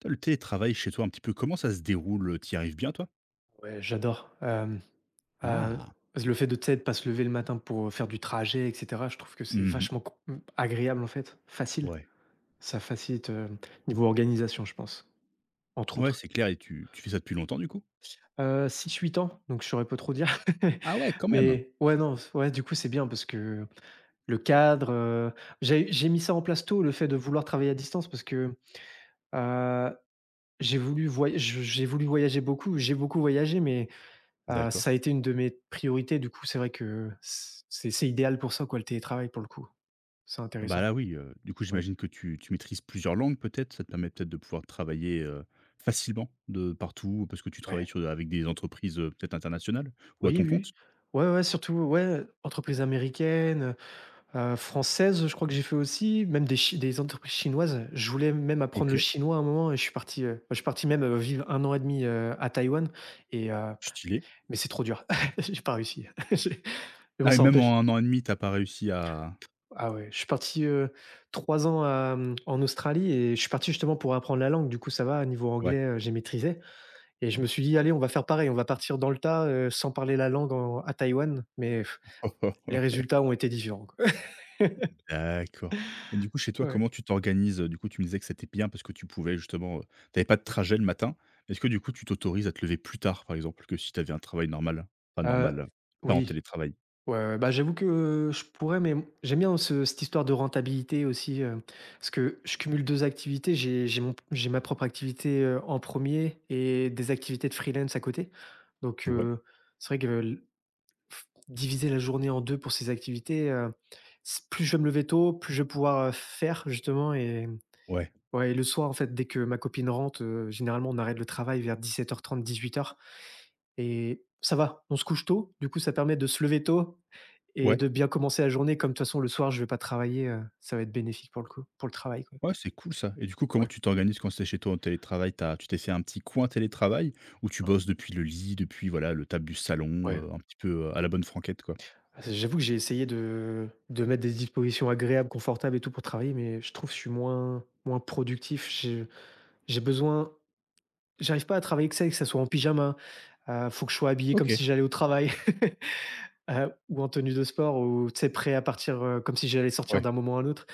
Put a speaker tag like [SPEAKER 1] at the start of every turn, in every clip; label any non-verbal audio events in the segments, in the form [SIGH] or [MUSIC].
[SPEAKER 1] Toi, le télétravail chez toi, un petit peu, comment ça se déroule? T'y arrives bien, toi?
[SPEAKER 2] Ouais, j'adore. Heu,
[SPEAKER 1] Ah!
[SPEAKER 2] le fait de, tu sais, de pas se lever le matin pour faire du trajet, et cetera, je trouve que c'est
[SPEAKER 1] Mmh.
[SPEAKER 2] vachement agréable en fait, facile.
[SPEAKER 1] Ouais.
[SPEAKER 2] Ça facilite, niveau organisation, je pense, entre
[SPEAKER 1] Ouais,
[SPEAKER 2] autres.
[SPEAKER 1] c'est clair, et tu fais ça depuis longtemps, du coup?
[SPEAKER 2] 6-8 ans, donc je saurais pas trop dire.
[SPEAKER 1] Ah ouais, quand
[SPEAKER 2] [LAUGHS]
[SPEAKER 1] même!
[SPEAKER 2] Mais ouais, non, ouais, du coup, c'est bien parce que le cadre, j'ai mis ça en place tôt, le fait de vouloir travailler à distance parce que, heu, j'ai voulu voyager beaucoup, j'ai beaucoup voyagé mais Heu,
[SPEAKER 1] D'accord.
[SPEAKER 2] ça a été une de mes priorités, du coup, c'est vrai que c'est idéal pour ça, quoi, le télétravail, pour le coup. C'est
[SPEAKER 1] Ah bah,
[SPEAKER 2] intéressant.
[SPEAKER 1] là, oui, du coup,
[SPEAKER 2] Ouais,
[SPEAKER 1] j'imagine que tu maîtrises plusieurs langues, peut-être? Ça te permet peut-être de pouvoir travailler, facilement de partout, parce que tu travailles
[SPEAKER 2] ouais.
[SPEAKER 1] sur avec des entreprises, peut-être internationales? Ou à
[SPEAKER 2] Oui,
[SPEAKER 1] ton
[SPEAKER 2] oui,
[SPEAKER 1] compte?
[SPEAKER 2] oui. Ouais, ouais, surtout, ouais, entreprises américaines, françaises, je crois que j'ai fait aussi, même des entreprises chinoises. Je voulais même apprendre le
[SPEAKER 1] OK,
[SPEAKER 2] chinois à un moment et je suis parti même, vivre un an et demi 2 à Taïwan et
[SPEAKER 1] stylé.
[SPEAKER 2] mais c'est trop dur. [LAUGHS] J'ai pas réussi. [LAUGHS] J'ai Mais bon,
[SPEAKER 1] Ah, et
[SPEAKER 2] ça
[SPEAKER 1] même
[SPEAKER 2] empêche.
[SPEAKER 1] en un an et demi, t'as pas réussi à?
[SPEAKER 2] Ah ouais, je suis parti, 3 ans en Australie et je suis parti justement pour apprendre la langue. Du coup, ça va, niveau
[SPEAKER 1] Ouais.
[SPEAKER 2] anglais, j'ai maîtrisé. Et je me suis dit: «Allez, on va faire pareil, on va partir dans le tas, sans parler la langue en à Taïwan». Mais les
[SPEAKER 1] [LAUGHS]
[SPEAKER 2] résultats ont été différents, quoi. [LAUGHS]
[SPEAKER 1] D'accord, et du coup, chez toi,
[SPEAKER 2] Ouais.
[SPEAKER 1] comment tu t'organises? Du coup, tu me disais que c'était bien parce que tu pouvais justement, tu avais pas de
[SPEAKER 2] Mmh.
[SPEAKER 1] trajet le matin. Est-ce que du coup, tu t'autorises à te lever plus tard, par exemple, que si tu avais un travail normal? Pas normal, pas en
[SPEAKER 2] Oui,
[SPEAKER 1] télétravail?
[SPEAKER 2] ouais, ouais, bah, j'avoue que je pourrais, mais j'aime bien ce cette histoire de rentabilité aussi, parce que je cumule 2 activités. J'ai ma propre activité, en premier et des activités de freelance à côté. Donc,
[SPEAKER 1] Ouais,
[SPEAKER 2] c'est vrai que diviser la journée en 2 pour ces activités, s plus je vais me lever tôt, plus je vais pouvoir, faire justement. Et
[SPEAKER 1] ouais,
[SPEAKER 2] ouais et le soir, en fait, dès que ma copine rentre, généralement, on arrête le travail vers 17:30-18:00 et ça va, on se couche tôt. Du coup, ça permet de se lever tôt et
[SPEAKER 1] ouais,
[SPEAKER 2] de bien commencer la journée. Comme de toute façon, le soir, je vais pas travailler, ça va être bénéfique pour le coup, pour le travail, quoi.
[SPEAKER 1] ouais. C'est cool ça, et du coup, comment
[SPEAKER 2] Ouais,
[SPEAKER 1] tu t'organises quand c'est chez toi en télétravail? Tu t'es fait un petit coin télétravail où tu
[SPEAKER 2] ah,
[SPEAKER 1] bosses depuis le lit, depuis, voilà, le table du salon,
[SPEAKER 2] ouais.
[SPEAKER 1] un petit peu, à la bonne franquette, quoi?
[SPEAKER 2] Ah, j'avoue que j'ai essayé de mettre des dispositions agréables, confortables et tout pour travailler, mais je trouve que je suis moins productif. J'ai besoin J'arrive pas à travailler que ça, et que ça soit en pyjama, faut que je sois habillé comme
[SPEAKER 1] OK,
[SPEAKER 2] si j'allais au travail. [LAUGHS] Ou en tenue de sport ou tu sais prêt à partir, comme si j'allais sortir
[SPEAKER 1] ouais.
[SPEAKER 2] d'un moment à l'autre.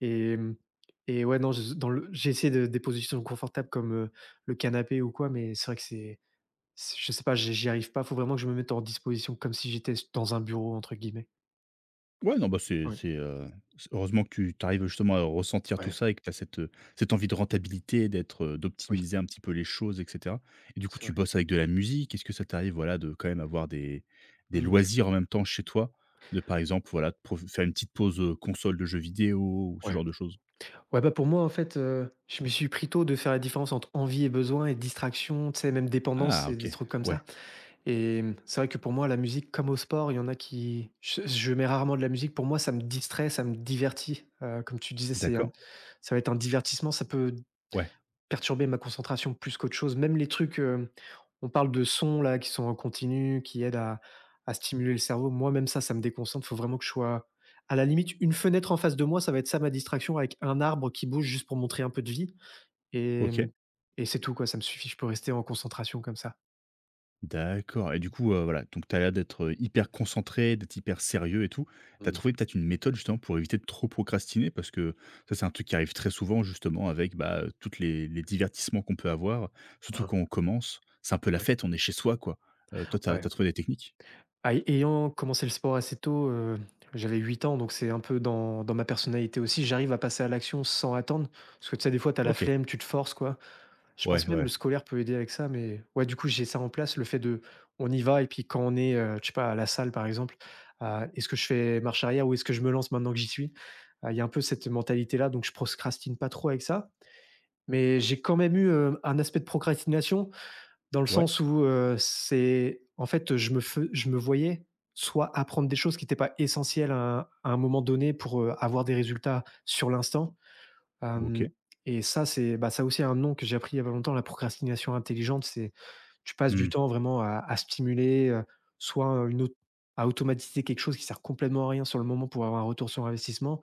[SPEAKER 2] et mmh et ouais, non, je dans le j'ai essayé de des positions confortables comme, le canapé ou quoi, mais c'est vrai que c'est je sais pas, j'y arrive pas, faut vraiment que je me mette en disposition comme si j'étais dans un bureau entre guillemets.
[SPEAKER 1] Ouais, non, bah,
[SPEAKER 2] Ouais.
[SPEAKER 1] c'est, c heureusement que tu arrives justement à ressentir tout
[SPEAKER 2] Ouais,
[SPEAKER 1] ça, et que tu as cette, cette envie de rentabilité, d'être,
[SPEAKER 2] oui,
[SPEAKER 1] d'optimiser un petit peu les choses, et cetera. Et du coup,
[SPEAKER 2] c'est
[SPEAKER 1] tu
[SPEAKER 2] vrai.
[SPEAKER 1] bosses avec de la musique. Est-ce que ça t'arrive, voilà, de quand même avoir des
[SPEAKER 2] Mmh.
[SPEAKER 1] loisirs en même temps chez toi? De par exemple, voilà, de prof faire une petite pause, console de jeux vidéo ou ce
[SPEAKER 2] Ouais.
[SPEAKER 1] genre de choses?
[SPEAKER 2] Ouais, bah, pour moi en fait, je me suis pris tôt de faire la différence entre envie et besoin et distraction, tu sais même dépendance
[SPEAKER 1] Ah,
[SPEAKER 2] et
[SPEAKER 1] OK.
[SPEAKER 2] des trucs comme ça.
[SPEAKER 1] Ouais,
[SPEAKER 2] Et c'est vrai que pour moi, la musique comme au sport, il y en a qui je mets rarement de la musique. Pour moi, ça me distrait, ça me divertit. Comme tu disais, c'est un
[SPEAKER 1] d'accord.
[SPEAKER 2] ça va être un divertissement, ça peut
[SPEAKER 1] Ouais,
[SPEAKER 2] perturber ma concentration plus qu'autre chose. Même les trucs, on parle de sons là qui sont en continu, qui aident à stimuler le cerveau. Moi, même ça, ça me déconcentre. Il faut vraiment que je sois à la limite, une fenêtre en face de moi, ça va être ça ma distraction avec un arbre qui bouge juste pour montrer un peu de vie. Et
[SPEAKER 1] OK.
[SPEAKER 2] et c'est tout quoi, ça me suffit, je peux rester en concentration comme ça.
[SPEAKER 1] D'accord, et du
[SPEAKER 2] Mmh.
[SPEAKER 1] coup, voilà, donc tu as l'air d'être hyper concentré, d'être hyper sérieux et tout. Tu as
[SPEAKER 2] Mmh.
[SPEAKER 1] trouvé peut-être une méthode justement pour éviter de trop procrastiner? Parce que ça, c'est un truc qui arrive très souvent, justement, avec, bah, toutes les divertissements qu'on peut avoir, surtout quand on commence. C'est un peu la
[SPEAKER 2] Ouais.
[SPEAKER 1] fête, on est chez soi, quoi. Toi, tu as
[SPEAKER 2] Ouais.
[SPEAKER 1] trouvé des techniques?
[SPEAKER 2] Ah ay Ayant commencé le sport assez tôt, j'avais 8 ans, donc c'est un peu dans ma personnalité aussi. J'arrive à passer à l'action sans attendre, parce que tu sais, des fois, tu as la
[SPEAKER 1] OK.
[SPEAKER 2] flemme, tu te forces quoi. Je
[SPEAKER 1] Ouais,
[SPEAKER 2] pense même le
[SPEAKER 1] ouais.
[SPEAKER 2] scolaire peut aider avec ça, mais ouais, du coup, j'ai ça en place, le fait de on y va et puis quand on est, je sais pas, à la salle par exemple, est-ce que je fais marche arrière ou est-ce que je me lance maintenant que j'y suis? Il y a un peu cette mentalité-là, donc je procrastine pas trop avec ça. Mais j'ai quand même eu, un aspect de procrastination dans le
[SPEAKER 1] Ouais,
[SPEAKER 2] sens où, c'est en fait, je me voyais soit apprendre des choses qui étaient pas essentielles à un moment donné pour, avoir des résultats sur l'instant. Hem
[SPEAKER 1] OK.
[SPEAKER 2] Et ça, c'est bah, ça aussi, un nom que j'ai appris il y a pas longtemps, la procrastination intelligente. C'est Tu passes du
[SPEAKER 1] Mmh.
[SPEAKER 2] temps vraiment à stimuler, soit, une autre à automatiser quelque chose qui sert complètement à rien sur le moment pour avoir un retour sur investissement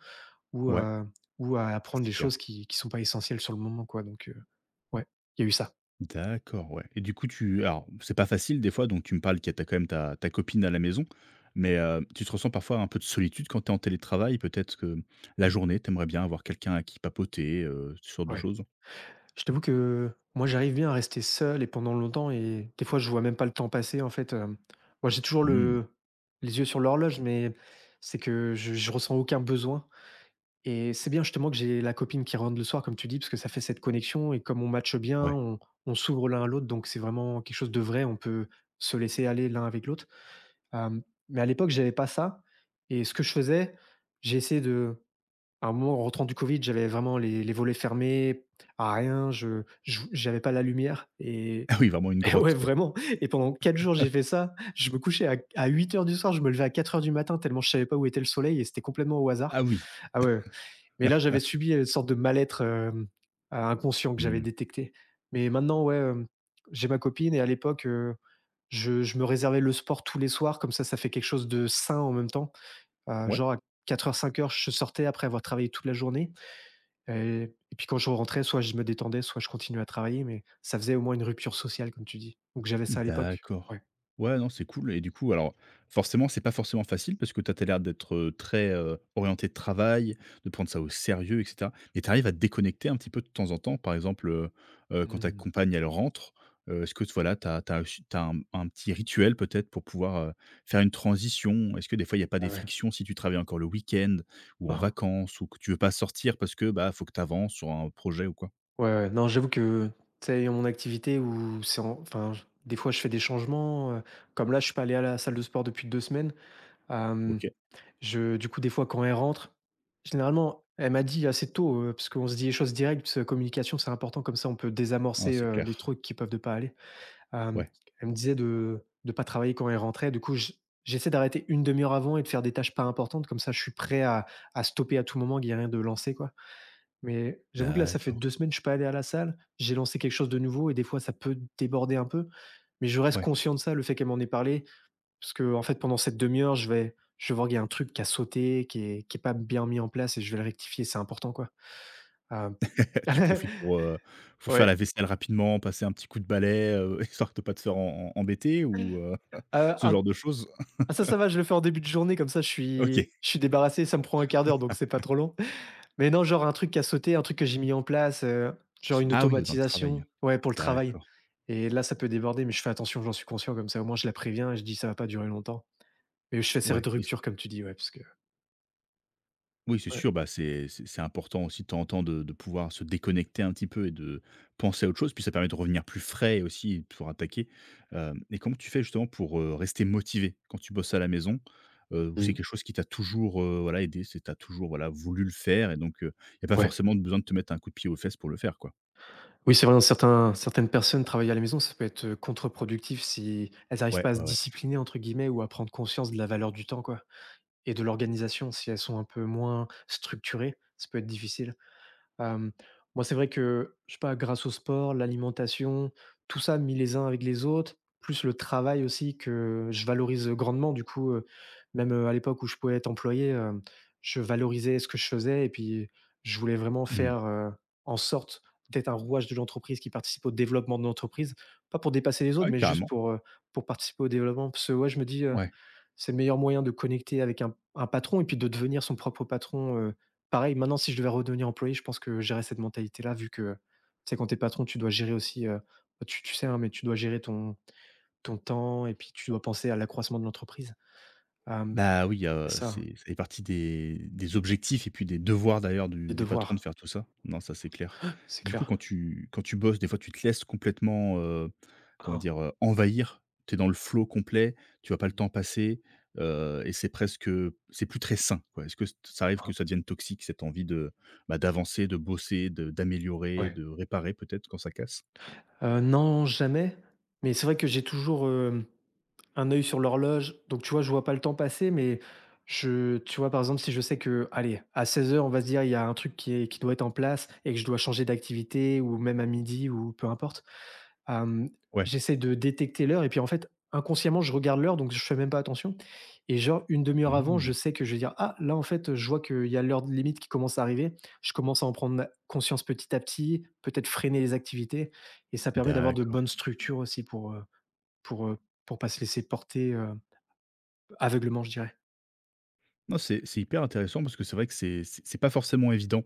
[SPEAKER 2] ou,
[SPEAKER 1] Ouais,
[SPEAKER 2] heu, ou à
[SPEAKER 1] ça,
[SPEAKER 2] apprendre
[SPEAKER 1] c'est
[SPEAKER 2] des
[SPEAKER 1] clair.
[SPEAKER 2] choses qui sont pas essentielles sur le moment, quoi, donc, ouais, il y a eu ça.
[SPEAKER 1] D'accord, ouais, et du coup, tu alors c'est pas facile des fois, donc tu me parles, qu'il y a tu quand même ta copine à la maison, mais tu te ressens parfois un peu de solitude quand tu es en télétravail? Peut-être que la
[SPEAKER 2] Mmh.
[SPEAKER 1] journée, tu aimerais bien avoir quelqu'un à qui papoter, ce genre de
[SPEAKER 2] Ouais.
[SPEAKER 1] choses?
[SPEAKER 2] Je t'avoue que moi, j'arrive bien à rester seul et pendant longtemps et des fois, je vois même pas le temps passer, en fait, hem. Moi, j'ai toujours
[SPEAKER 1] Mmh,
[SPEAKER 2] le les yeux sur l'horloge, mais c'est que je ressens aucun besoin. Et c'est bien justement que j'ai la copine qui rentre le soir, comme tu dis, parce que ça fait cette connexion et comme on matche bien,
[SPEAKER 1] ouais.
[SPEAKER 2] on s'ouvre l'un à l'autre, donc c'est vraiment quelque chose de vrai, on peut se laisser aller l'un avec l'autre. Hem, mais à l'époque, j'avais pas ça et ce que je faisais, j'ai essayé de à un moment, en rentrant du covid, j'avais vraiment les volets fermés à rien, je jou j'avais pas la lumière
[SPEAKER 1] [LAUGHS]
[SPEAKER 2] et
[SPEAKER 1] Ah oui, vraiment une
[SPEAKER 2] [LAUGHS] et ouais,
[SPEAKER 1] grotte quoi.
[SPEAKER 2] vraiment et pendant 4 jours, j'ai fait ça. Je me couchais à 8 heures du soir, je me levais à 4 heures du matin tellement je savais pas où était le soleil et c'était complètement au hasard.
[SPEAKER 1] Ah oui,
[SPEAKER 2] Ah ouais. Mais là, j'avais subi une sorte de mal-être, inconscient que j'avais
[SPEAKER 1] mmh.
[SPEAKER 2] détecté. Mais maintenant, ouais, j'ai ma copine et à l'époque, je me réservais le sport tous les soirs, comme ça fait quelque chose de sain en même temps. Heu,
[SPEAKER 1] Ouais.
[SPEAKER 2] genre à 4 heures, 5 heures, je sortais après avoir travaillé toute la journée et puis quand je rentrais, soit je me détendais, soit je continuais à travailler, mais ça faisait au moins une rupture sociale, comme tu dis. Donc j'avais ça à l'époque.
[SPEAKER 1] D'accord.
[SPEAKER 2] Ouais.
[SPEAKER 1] Ouais, non, c'est cool. Et du coup, alors forcément, c'est pas forcément facile parce que toi, tu as l'air d'être, très, orienté de travail, de prendre ça au sérieux et cetera. Mais tu arrives à te déconnecter un petit peu de temps en temps? Par exemple, quand ta
[SPEAKER 2] Mmh.
[SPEAKER 1] compagne, elle rentre, est-ce que voilà, tu as un petit rituel peut-être pour pouvoir, faire une transition? Est-ce que des fois, il y a pas
[SPEAKER 2] Ah
[SPEAKER 1] des
[SPEAKER 2] ouais.
[SPEAKER 1] frictions si tu travailles encore le week-end ou en
[SPEAKER 2] [LAUGHS]
[SPEAKER 1] vacances, ou que tu veux pas sortir parce que, bah, faut que tu avances sur un projet ou quoi?
[SPEAKER 2] Ouais, ouais. Non, j'avoue que, tu sais, mon activité où c'est en enfin, j des fois, je fais des changements, comme là, je suis pas allé à la salle de sport depuis 2 semaines. Hem,
[SPEAKER 1] OK.
[SPEAKER 2] je Du coup, des fois, quand elle rentre, généralement, elle m'a dit assez tôt, parce qu'on se dit les choses directes, communication, c'est important, comme ça, on peut
[SPEAKER 1] Ah,
[SPEAKER 2] désamorcer,
[SPEAKER 1] c'est
[SPEAKER 2] les
[SPEAKER 1] clair.
[SPEAKER 2] trucs qui peuvent ne pas aller. Hem,
[SPEAKER 1] Ouais.
[SPEAKER 2] elle me disait de pas travailler quand elle rentrait. Du coup, j'essaie d'arrêter une demi heure avant et de faire des tâches pas importantes, comme ça, je suis prêt à stopper à tout moment, qu'il y a rien de lancé, quoi. Mais j'avoue que là, ça fait
[SPEAKER 1] D'accord.
[SPEAKER 2] 2 semaines, que je suis pas allé à la salle. J'ai lancé quelque chose de nouveau et des fois, ça peut déborder un peu. Mais je reste
[SPEAKER 1] Ouais.
[SPEAKER 2] conscient de ça, le fait qu'elle m'en ait parlé. Parce qu'en fait, pendant cette demi heure, je vais voir qu'il y a un truc qui a sauté, qui est pas bien mis en place et je vais le rectifier, c'est important, quoi. Hem,
[SPEAKER 1] Tu
[SPEAKER 2] [LAUGHS]
[SPEAKER 1] profites pour, pour faire
[SPEAKER 2] ouais.
[SPEAKER 1] la vaisselle rapidement, passer un petit coup de balai, [LAUGHS] histoire de pas te faire embêter, ou, ce
[SPEAKER 2] Ah
[SPEAKER 1] genre de choses?
[SPEAKER 2] ah, ça va, je le fais en début de journée, comme ça je
[SPEAKER 1] OK.
[SPEAKER 2] suis je suis débarrassé, ça me prend un quart d'heure, donc c'est pas trop long. Mais non, genre un truc qui a sauté, un truc que j'ai mis en place, genre une
[SPEAKER 1] Ah oui, dans le travail.
[SPEAKER 2] automatisation, ouais, pour le travail
[SPEAKER 1] D'accord.
[SPEAKER 2] et là, ça peut déborder, mais je fais attention, j'en suis conscient comme ça, au moins je la préviens et je dis: «Ça va pas durer longtemps». Mais je fais ces
[SPEAKER 1] Ouais,
[SPEAKER 2] de
[SPEAKER 1] oui, c
[SPEAKER 2] rupture comme tu dis, ouais, parce que
[SPEAKER 1] oui, c'est
[SPEAKER 2] ouais.
[SPEAKER 1] sûr, bah, c'est important aussi, de temps en temps, de pouvoir se déconnecter un petit peu et de penser à autre chose. Puis ça permet de revenir plus frais aussi pour attaquer. Hem et comment tu fais, justement, pour, rester motivé quand tu bosses à la maison? Ou c'est
[SPEAKER 2] Mmh.
[SPEAKER 1] quelque chose qui t'a toujours, voilà, aidé? C'est t'as toujours, voilà, voulu le faire, et donc, il y a pas
[SPEAKER 2] Ouais.
[SPEAKER 1] forcément besoin de te mettre un coup de pied aux fesses pour le faire, quoi.
[SPEAKER 2] Oui, c'est vrai, dans certains certaines personnes travaillent à la maison, ça peut être, contre-productif si elles n'arrivent
[SPEAKER 1] Ouais,
[SPEAKER 2] pas à se
[SPEAKER 1] ouais, ouais.
[SPEAKER 2] «discipliner» entre guillemets ou à prendre conscience de la valeur du temps, quoi, et de l'organisation. Si elles sont un peu moins structurées, ça peut être difficile. Hem, Moi, c'est vrai que, je sais pas, grâce au sport, l'alimentation, tout ça mis les uns avec les autres, plus le travail aussi que je valorise, grandement. Du coup, même, à l'époque où je pouvais être employé, je valorisais ce que je faisais et puis je voulais vraiment
[SPEAKER 1] Mmh.
[SPEAKER 2] faire, en sorte d'être un rouage de l'entreprise qui participe au développement de l'entreprise. Pas pour dépasser les
[SPEAKER 1] Ah
[SPEAKER 2] autres,
[SPEAKER 1] oui,
[SPEAKER 2] mais juste
[SPEAKER 1] carrément,
[SPEAKER 2] pour participer au développement. Parce que ouais, je me dis,
[SPEAKER 1] ouais.
[SPEAKER 2] c'est le meilleur moyen de connecter avec un patron et puis de devenir son propre patron. Pareil, maintenant, si je devais redevenir employé, je pense que j'aurais cette mentalité-là vu que, tu sais, quand t'es patron, tu dois gérer aussi, bah, tu sais, hein, mais tu dois gérer ton temps et puis tu dois penser à l'accroissement de l'entreprise. Hem,
[SPEAKER 1] Bah, oui,
[SPEAKER 2] c'est ça, hein,
[SPEAKER 1] c'est ça fait partie des objectifs et puis des devoirs d'ailleurs du
[SPEAKER 2] les
[SPEAKER 1] du patron de
[SPEAKER 2] devoirs,
[SPEAKER 1] faire tout ça. Non, ça, c'est clair.
[SPEAKER 2] c'est
[SPEAKER 1] Et du coup,
[SPEAKER 2] clair.
[SPEAKER 1] quand tu bosses, des fois, tu te laisses complètement, comment
[SPEAKER 2] Hein.
[SPEAKER 1] dire? Envahir. Tu es dans le flow complet, tu vois pas le
[SPEAKER 2] Mmh,
[SPEAKER 1] temps passer, et c'est presque, c'est plus très sain, quoi. Est-ce que c ça arrive que
[SPEAKER 2] hein,
[SPEAKER 1] ça devienne toxique, cette envie de, bah, d'avancer, de bosser, de d'améliorer,
[SPEAKER 2] ouais.
[SPEAKER 1] de réparer peut-être quand ça casse?
[SPEAKER 2] Non, jamais, mais c'est vrai que j'ai toujours, hem un œil sur l'horloge, donc tu vois, je vois pas le temps passer, mais je, tu vois, par exemple, si je sais que, allez, à seize heures on va se dire, il y a un truc qui est qui doit être en place et que je dois changer d'activité ou même à midi ou peu importe, hem,
[SPEAKER 1] Ouais.
[SPEAKER 2] j'essaie de détecter l'heure et puis, en fait, inconsciemment, je regarde l'heure, donc je fais même pas attention et genre une demi heure avant, je
[SPEAKER 1] Mmh,
[SPEAKER 2] sais que je vais dire: «Ah, là, en fait, je vois qu'il y a l'heure de limite qui commence à arriver». Je commence à en prendre conscience petit à petit, peut-être freiner les activités et ça permet d'avoir de
[SPEAKER 1] d'accord.
[SPEAKER 2] bonnes structures aussi pour, heu, pour pas se laisser porter, aveuglement, je dirais.
[SPEAKER 1] Non, c'est hyper intéressant, parce que c'est vrai que c'est pas forcément évident,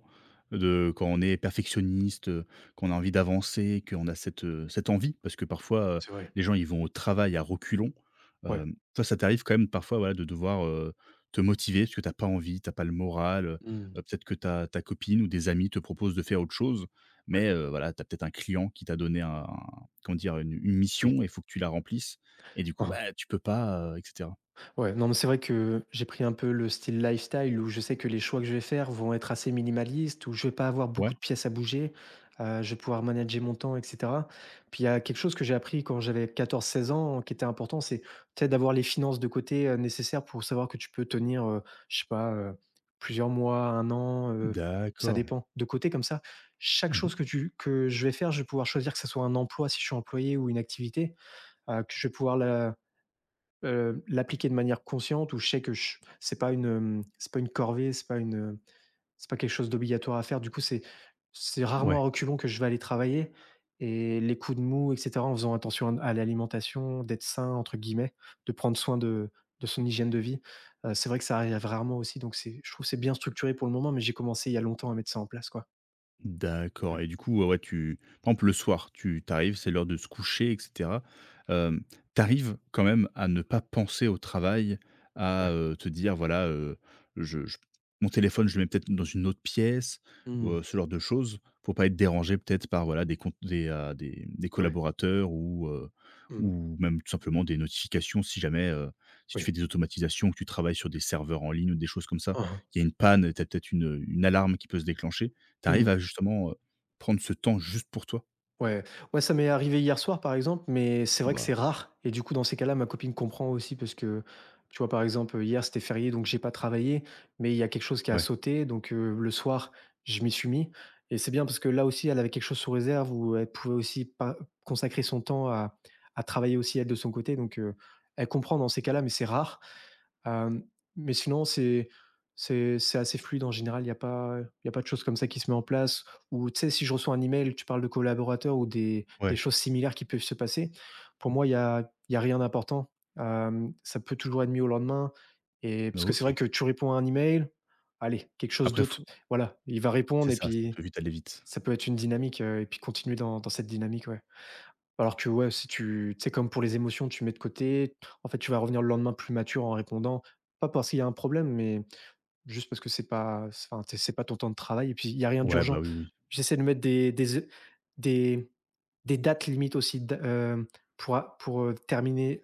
[SPEAKER 1] de quand on est perfectionniste, qu'on a envie d'avancer, qu'on a cette, cette envie, parce que parfois,
[SPEAKER 2] C'est vrai,
[SPEAKER 1] les gens, ils vont au travail à reculons.
[SPEAKER 2] ouais.
[SPEAKER 1] Toi, ça t'arrive quand même parfois, voilà, de devoir, te motiver, parce que t'as pas envie, t'as pas le moral,
[SPEAKER 2] Mmh,
[SPEAKER 1] peut-être que ta copine ou des amis te proposent de faire autre chose,
[SPEAKER 2] ouais,
[SPEAKER 1] mais voilà, t'as peut-être un client qui t'a donné comment dire? Une
[SPEAKER 2] oui.
[SPEAKER 1] mission, et il faut que tu la remplisses, et du coup, bah,
[SPEAKER 2] [LAUGHS]
[SPEAKER 1] tu peux pas, et cetera.
[SPEAKER 2] Ouais, non, mais c'est vrai que j'ai pris un peu le style lifestyle où je sais que les choix que je vais faire vont être assez minimalistes, où je vais pas avoir beaucoup
[SPEAKER 1] Ouais?
[SPEAKER 2] de pièces à bouger, je vais pouvoir manager mon temps, etc. Puis il y a quelque chose que j'ai appris quand j'avais 14-16 ans qui était important, c'est peut-être d'avoir les finances de côté, nécessaires pour savoir que tu peux tenir, je sais pas, plusieurs mois, un an, ça
[SPEAKER 1] D'accord.
[SPEAKER 2] dépend, de côté comme ça. Chaque chose que, que je vais faire, je vais pouvoir choisir que ce soit un emploi si je suis employé ou une activité, que je vais pouvoir l'appliquer de manière consciente où je sais que je c'est pas une, c'est pas une corvée, c'est pas une, c'est pas quelque chose d'obligatoire à faire. Du coup, c'est rarement
[SPEAKER 1] Ouais,
[SPEAKER 2] à reculons que je vais aller travailler et les coups de mou et cetera, en faisant attention à l'alimentation, d'être «sain» entre guillemets, de prendre soin de son hygiène de vie. C'est vrai que ça arrive rarement aussi, donc c'est, je trouve que c'est bien structuré pour le moment, mais j'ai commencé il y a longtemps à mettre ça en place, quoi.
[SPEAKER 1] d'accord,
[SPEAKER 2] Ouais,
[SPEAKER 1] et du coup, ouais, ouais, tu par exemple, le soir, tu t'arrives, c'est l'heure de se coucher et cetera. Hem, tu arrives quand même à ne pas penser au travail,
[SPEAKER 2] ouais.
[SPEAKER 1] à, te dire: «Voilà, je mon téléphone, je le mets peut-être dans une autre pièce», ou
[SPEAKER 2] Mmh.
[SPEAKER 1] ce genre de choses pour pas être dérangé peut-être par, voilà, des cont des
[SPEAKER 2] Ouais.
[SPEAKER 1] collaborateurs,
[SPEAKER 2] Mmh.
[SPEAKER 1] ou même tout simplement des notifications si jamais, si tu fais
[SPEAKER 2] Oui.
[SPEAKER 1] des automatisations, que tu travailles sur des serveurs en ligne ou des choses comme ça,
[SPEAKER 2] Mmh.
[SPEAKER 1] il y a une panne, tu as peut-être une alarme qui peut se déclencher. Tu arrives
[SPEAKER 2] Mmh.
[SPEAKER 1] à, justement, prendre ce temps juste pour toi?
[SPEAKER 2] Ouais, ouais, ça m'est arrivé hier soir, par exemple, mais c'est
[SPEAKER 1] Ah
[SPEAKER 2] vrai que c'est
[SPEAKER 1] bah,
[SPEAKER 2] rare. Et du coup, dans ces cas-là, ma copine comprend aussi parce que, tu vois, par exemple, hier, c'était férié, donc j'ai pas travaillé, mais il y a quelque chose qui a
[SPEAKER 1] ouais,
[SPEAKER 2] sauté. Donc, le soir, je m'y suis mis. Et c'est bien parce que là aussi, elle avait quelque chose sous réserve où elle pouvait aussi pas consacrer son temps à travailler aussi, elle, de son côté. Donc, elle comprend dans ces cas-là, mais c'est rare. Hem, mais sinon, c'est c'est assez fluide en général. Il y a pas de choses comme ça qui se met en place ou tu sais, si je reçois un email, tu parles de collaborateurs ou des
[SPEAKER 1] ouais,
[SPEAKER 2] choses similaires qui peuvent se passer. Pour moi, il y a rien d'important. Ça peut toujours être mis au lendemain et parce que c'est vrai
[SPEAKER 1] OK.
[SPEAKER 2] que tu réponds à un email, allez, quelque chose
[SPEAKER 1] Après
[SPEAKER 2] d'autre,
[SPEAKER 1] faut
[SPEAKER 2] voilà, il va
[SPEAKER 1] c'est
[SPEAKER 2] répondre et
[SPEAKER 1] ça, ça
[SPEAKER 2] puis
[SPEAKER 1] peut vite aller vite.
[SPEAKER 2] ça peut être une dynamique, et puis continuer dans cette dynamique, ouais. Alors que ouais, si tu c'est comme pour les émotions, tu mets de côté, en fait, tu vas revenir le lendemain plus mature en répondant, pas parce qu'il y a un problème, mais juste parce que c'est, enfin, c'est pas ton temps de travail et puis il y a rien
[SPEAKER 1] Ouais, bah,
[SPEAKER 2] d'urgent.
[SPEAKER 1] oui, oui.
[SPEAKER 2] J'essaie de mettre des des dates limites aussi pour a pour, terminer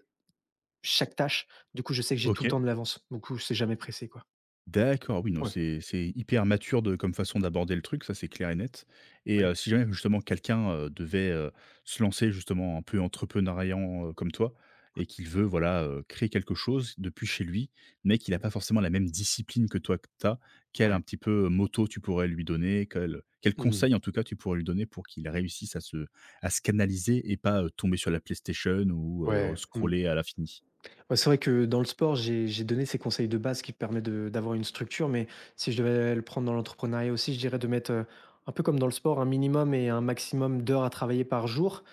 [SPEAKER 2] chaque tâche. Du coup, je sais que j'ai tout le
[SPEAKER 1] OK.
[SPEAKER 2] temps de l'avance. Du coup, c'est jamais pressé, quoi.
[SPEAKER 1] D'accord, oui, non,
[SPEAKER 2] Ouais,
[SPEAKER 1] c'est hyper mature de comme façon d'aborder le truc, ça c'est clair et net. Et
[SPEAKER 2] ouais,
[SPEAKER 1] si jamais, justement, quelqu'un, devait, se lancer, justement, un peu entrepreneuriant, comme toi, et qu'il veut, voilà, créer quelque chose depuis chez lui, mais qu'il a pas forcément la même discipline que toi, que t'as, quel
[SPEAKER 2] ouais.
[SPEAKER 1] un petit peu moto tu pourrais lui donner? Quel
[SPEAKER 2] Mmh.
[SPEAKER 1] conseil, en tout cas, tu pourrais lui donner pour qu'il réussisse à se canaliser et pas, tomber sur la PlayStation ou
[SPEAKER 2] Ouais. Mmh.
[SPEAKER 1] scroller à l'infini?
[SPEAKER 2] Ouais, c'est vrai que dans le sport, j'ai donné ces conseils de base qui permettent de d'avoir une structure, mais si je devais le prendre dans l'entrepreneuriat aussi, je dirais de mettre, un peu comme dans le sport, un minimum et un maximum d'heures à travailler par jour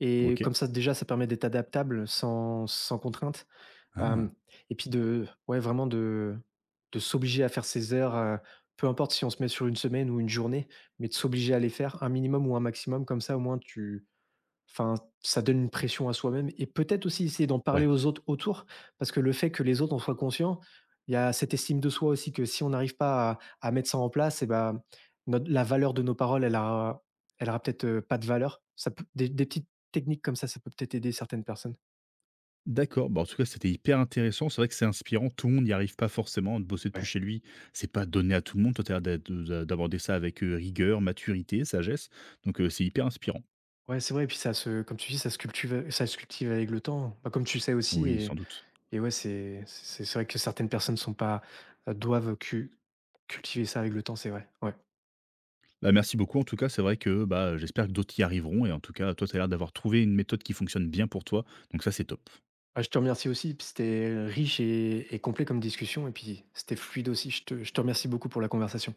[SPEAKER 2] et
[SPEAKER 1] OK.
[SPEAKER 2] comme ça, déjà, ça permet d'être adaptable sans contrainte, hem
[SPEAKER 1] Ah!
[SPEAKER 2] et puis de ouais, vraiment de s'obliger à faire ces heures, peu importe si on se met sur une semaine ou une journée, mais de s'obliger à les faire, un minimum ou un maximum, comme ça, au moins Enfin, ça donne une pression à soi-même et peut-être aussi essayer d'en parler aux autres autour, parce que le fait que les autres en soient conscients, il y a cette estime de soi aussi que si on n'arrive pas à, à mettre ça en place, et ben, la valeur de nos paroles, elle aura peut-être, pas de valeur. Des petites techniques comme ça peut peut-être aider certaines personnes.
[SPEAKER 1] D'accord. Bah, en tout cas, c'était hyper intéressant. C'est vrai que c'est inspirant. Tout le monde n'y arrive pas forcément. De bosser depuis
[SPEAKER 2] Ouais.
[SPEAKER 1] chez lui, c'est pas donné à tout le monde. Toi, tu as l'air d'aborder ça avec rigueur, maturité, sagesse. Donc, c'est hyper inspirant.
[SPEAKER 2] Ouais, c'est vrai. Et puis ça se, comme tu dis, ça se cultive avec le temps. Bah, comme tu sais aussi,
[SPEAKER 1] Oui, sans doute.
[SPEAKER 2] et ouais, c'est, c'est vrai que certaines personnes sont pas, doivent cultiver ça avec le temps, c'est vrai. Ouais.
[SPEAKER 1] Bah, merci beaucoup. En tout cas, c'est vrai que bah, j'espère que d'autres y arriveront. Et en tout cas, toi, tu as l'air d'avoir trouvé une méthode qui fonctionne bien pour toi. Donc, ça, c'est top.
[SPEAKER 2] Ah, je te remercie aussi, puis c'était riche et complet comme discussion et puis c'était fluide aussi. Je te remercie beaucoup pour la conversation.